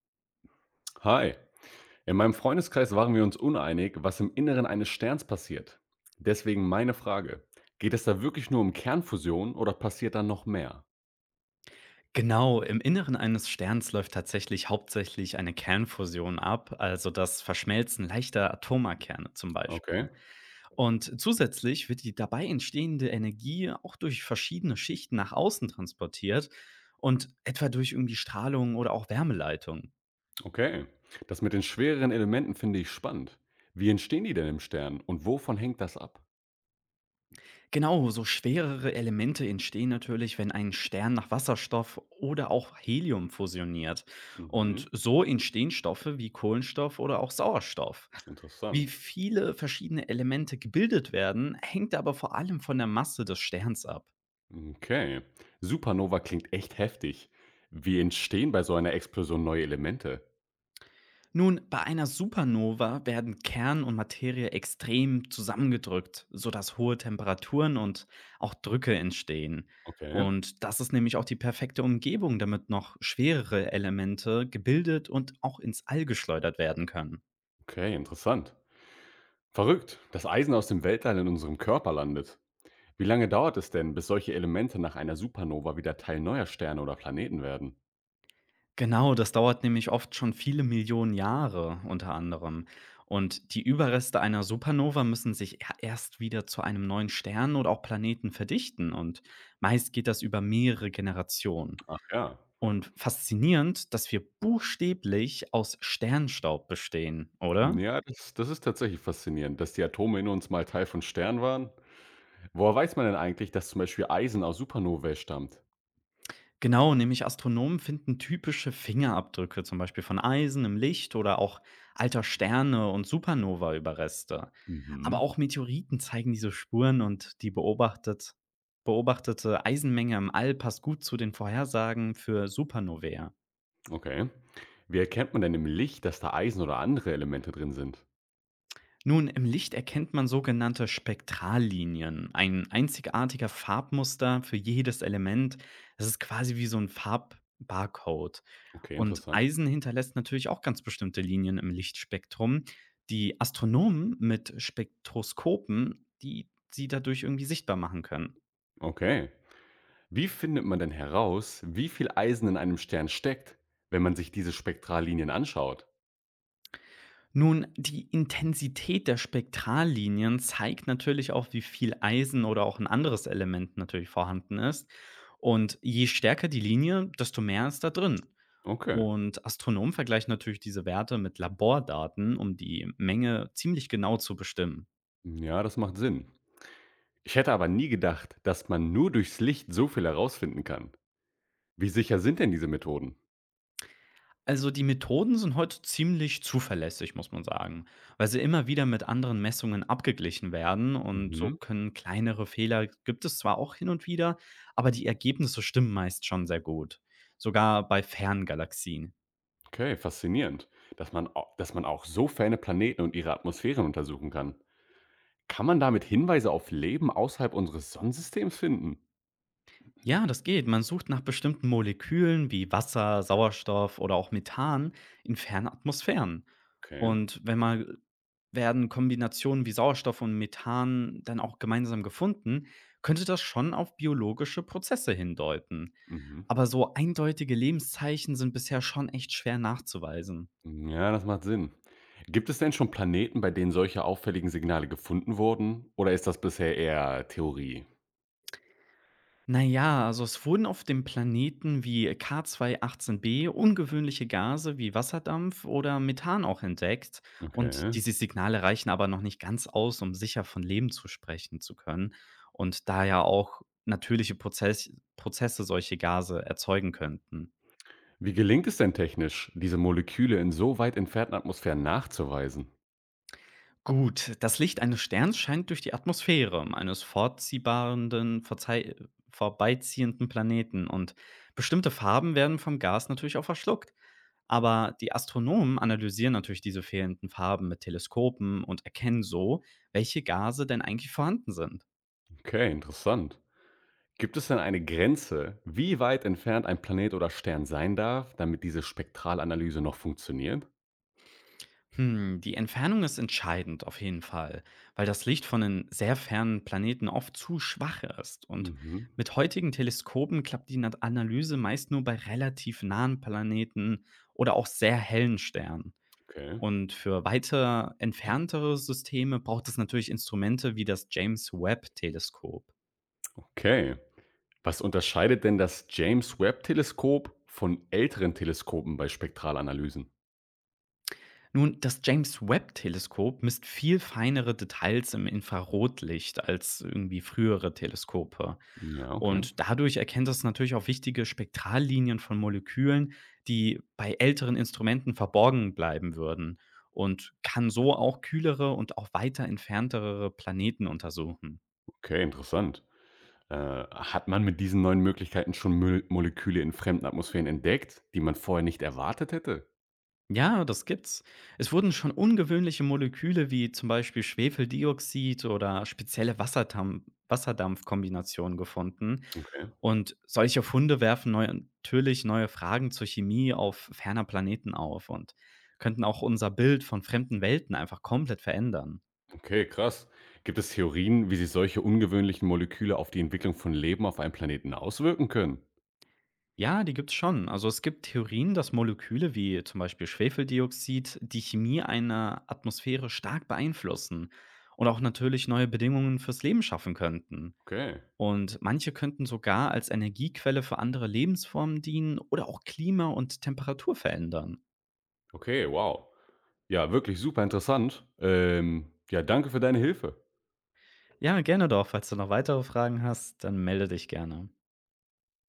Hi. In meinem Freundeskreis waren wir uns uneinig, was im Inneren eines Sterns passiert. Deswegen meine Frage. Geht es da wirklich nur um Kernfusion oder passiert da noch mehr? Genau, im Inneren eines Sterns läuft tatsächlich hauptsächlich eine Kernfusion ab, also das Verschmelzen leichter Atomarkerne zum Okay, Beispiel. Und zusätzlich wird die dabei entstehende Energie auch durch verschiedene Schichten nach außen transportiert und etwa durch irgendwie Strahlung oder auch Wärmeleitung. okay. Das mit den schwereren Elementen finde ich spannend. Wie entstehen die denn im Stern und wovon hängt das ab? Genau, so schwerere Elemente entstehen natürlich, wenn ein Stern nach Wasserstoff oder auch Helium fusioniert. Und Mhm, so entstehen Stoffe wie Kohlenstoff oder auch Sauerstoff. Wie interessant. viele verschiedene Elemente gebildet werden, hängt aber vor allem von der Masse des Sterns ab. Okay. Supernova klingt echt heftig. Wie entstehen bei so einer Explosion neue Elemente? Nun, bei einer Supernova werden Kern und Materie extrem zusammengedrückt, sodass hohe Temperaturen und auch Drücke entstehen. Okay, Und das ist nämlich auch die perfekte Umgebung, damit noch schwerere Elemente gebildet und auch ins All geschleudert werden können. okay, interessant. Verrückt, dass Eisen aus dem Weltall in unserem Körper landet. Wie lange dauert es denn, bis solche Elemente nach einer Supernova wieder Teil neuer Sterne oder Planeten werden? Genau, das dauert nämlich oft schon viele Millionen Jahre unter anderem. Und die Überreste einer Supernova müssen sich erst wieder zu einem neuen Stern oder auch Planeten verdichten. Und meist geht das über mehrere Generationen. Ach ja. Und faszinierend, dass wir buchstäblich aus Sternstaub bestehen, oder? Ja, das ist tatsächlich faszinierend, dass die Atome in uns mal Teil von Sternen waren. Woher weiß man denn eigentlich, dass zum Beispiel Eisen aus Supernovae stammt? Genau, nämlich Astronomen finden typische Fingerabdrücke, zum Beispiel von Eisen im Licht oder auch alter Sterne und Supernova-Überreste. Aber Mhm. auch Meteoriten zeigen diese Spuren und die beobachtete Eisenmenge im All passt gut zu den Vorhersagen für Supernovae. Okay. Wie erkennt man denn im Licht, dass da Eisen oder andere Elemente drin sind? Nun, im Licht erkennt man sogenannte Spektrallinien, ein einzigartiger Farbmuster für jedes Element. Das ist quasi wie so ein Farbbarcode. Okay, Und interessant. Eisen hinterlässt natürlich auch ganz bestimmte Linien im Lichtspektrum. Die Astronomen mit Spektroskopen, die sie dadurch irgendwie sichtbar machen können. Okay. Wie findet man denn heraus, wie viel Eisen in einem Stern steckt, wenn man sich diese Spektrallinien anschaut? Nun, die Intensität der Spektrallinien zeigt natürlich auch, wie viel Eisen oder auch ein anderes Element natürlich vorhanden ist. Und je stärker die Linie, desto mehr ist da drin. Okay. Und Astronomen vergleichen natürlich diese Werte mit Labordaten, um die Menge ziemlich genau zu bestimmen. Ja, das macht Sinn. Ich hätte aber nie gedacht, dass man nur durchs Licht so viel herausfinden kann. Wie sicher sind denn diese Methoden? Also die Methoden sind heute ziemlich zuverlässig, muss man sagen, weil sie immer wieder mit anderen Messungen abgeglichen werden und so Mhm. können kleinere Fehler, gibt es zwar auch hin und wieder, aber die Ergebnisse stimmen meist schon sehr gut, sogar bei Ferngalaxien. Okay, faszinierend. Dass dass man auch so ferne Planeten und ihre Atmosphären untersuchen kann. Kann man damit Hinweise auf Leben außerhalb unseres Sonnensystems finden? Ja, das geht. Man sucht nach bestimmten Molekülen wie Wasser, Sauerstoff oder auch Methan in fernen Atmosphären. Okay. Und wenn man Werden Kombinationen wie Sauerstoff und Methan dann auch gemeinsam gefunden, könnte das schon auf biologische Prozesse hindeuten. Mhm. Aber so eindeutige Lebenszeichen sind bisher schon echt schwer nachzuweisen. Ja, das macht Sinn. Gibt es denn schon Planeten, bei denen solche auffälligen Signale gefunden wurden? Oder ist das bisher eher Theorie? Na ja, also es wurden auf dem Planeten wie K2-18b ungewöhnliche Gase wie Wasserdampf oder Methan auch entdeckt und Okay. diese Signale reichen aber noch nicht ganz aus, um sicher von Leben zu sprechen zu können und da ja auch natürliche Prozess Prozesse solche Gase erzeugen könnten. Wie gelingt es denn technisch, diese Moleküle in so weit entfernten Atmosphären nachzuweisen? Gut, das Licht eines Sterns scheint durch die Atmosphäre eines verzeih- vorbeiziehenden Planeten und bestimmte Farben werden vom Gas natürlich auch verschluckt. Aber die Astronomen analysieren natürlich diese fehlenden Farben mit Teleskopen und erkennen so, welche Gase denn eigentlich vorhanden sind. Okay, interessant. Gibt es denn eine Grenze, wie weit entfernt ein Planet oder Stern sein darf, damit diese Spektralanalyse noch funktioniert? Hm, die Entfernung ist entscheidend auf jeden Fall, weil das Licht von den sehr fernen Planeten oft zu schwach ist. Und Mhm. mit heutigen Teleskopen klappt die Analyse meist nur bei relativ nahen Planeten oder auch sehr hellen Sternen. Okay. Und für weiter entferntere Systeme braucht es natürlich Instrumente wie das James Webb-Teleskop. Okay. Was unterscheidet denn das James Webb Teleskop von älteren Teleskopen bei Spektralanalysen? Nun, das James-Webb-Teleskop misst viel feinere Details im Infrarotlicht als irgendwie frühere Teleskope. Ja, okay. Und dadurch erkennt es natürlich auch wichtige Spektrallinien von Molekülen, die bei älteren Instrumenten verborgen bleiben würden und kann so auch kühlere und auch weiter entferntere Planeten untersuchen. Okay, interessant. Äh, Hat man mit diesen neuen Möglichkeiten schon Moleküle in fremden Atmosphären entdeckt, die man vorher nicht erwartet hätte? Ja, das gibt's. Es wurden schon ungewöhnliche Moleküle wie zum Beispiel Schwefeldioxid oder spezielle Wasserdampfkombinationen gefunden. Okay. Und solche Funde werfen neu natürlich neue Fragen zur Chemie auf ferner Planeten auf und könnten auch unser Bild von fremden Welten einfach komplett verändern. Okay, krass. Gibt es Theorien, wie sich solche ungewöhnlichen Moleküle auf die Entwicklung von Leben auf einem Planeten auswirken können? Ja, die gibt's schon. Also es gibt Theorien, dass Moleküle wie zum Beispiel Schwefeldioxid die Chemie einer Atmosphäre stark beeinflussen und auch natürlich neue Bedingungen fürs Leben schaffen könnten. Okay, Und manche könnten sogar als Energiequelle für andere Lebensformen dienen oder auch Klima und Temperatur verändern. okay, wow. Ja, wirklich super interessant. Ja, danke für deine Hilfe. Ja, gerne doch. Falls du noch weitere Fragen hast, dann melde dich gerne.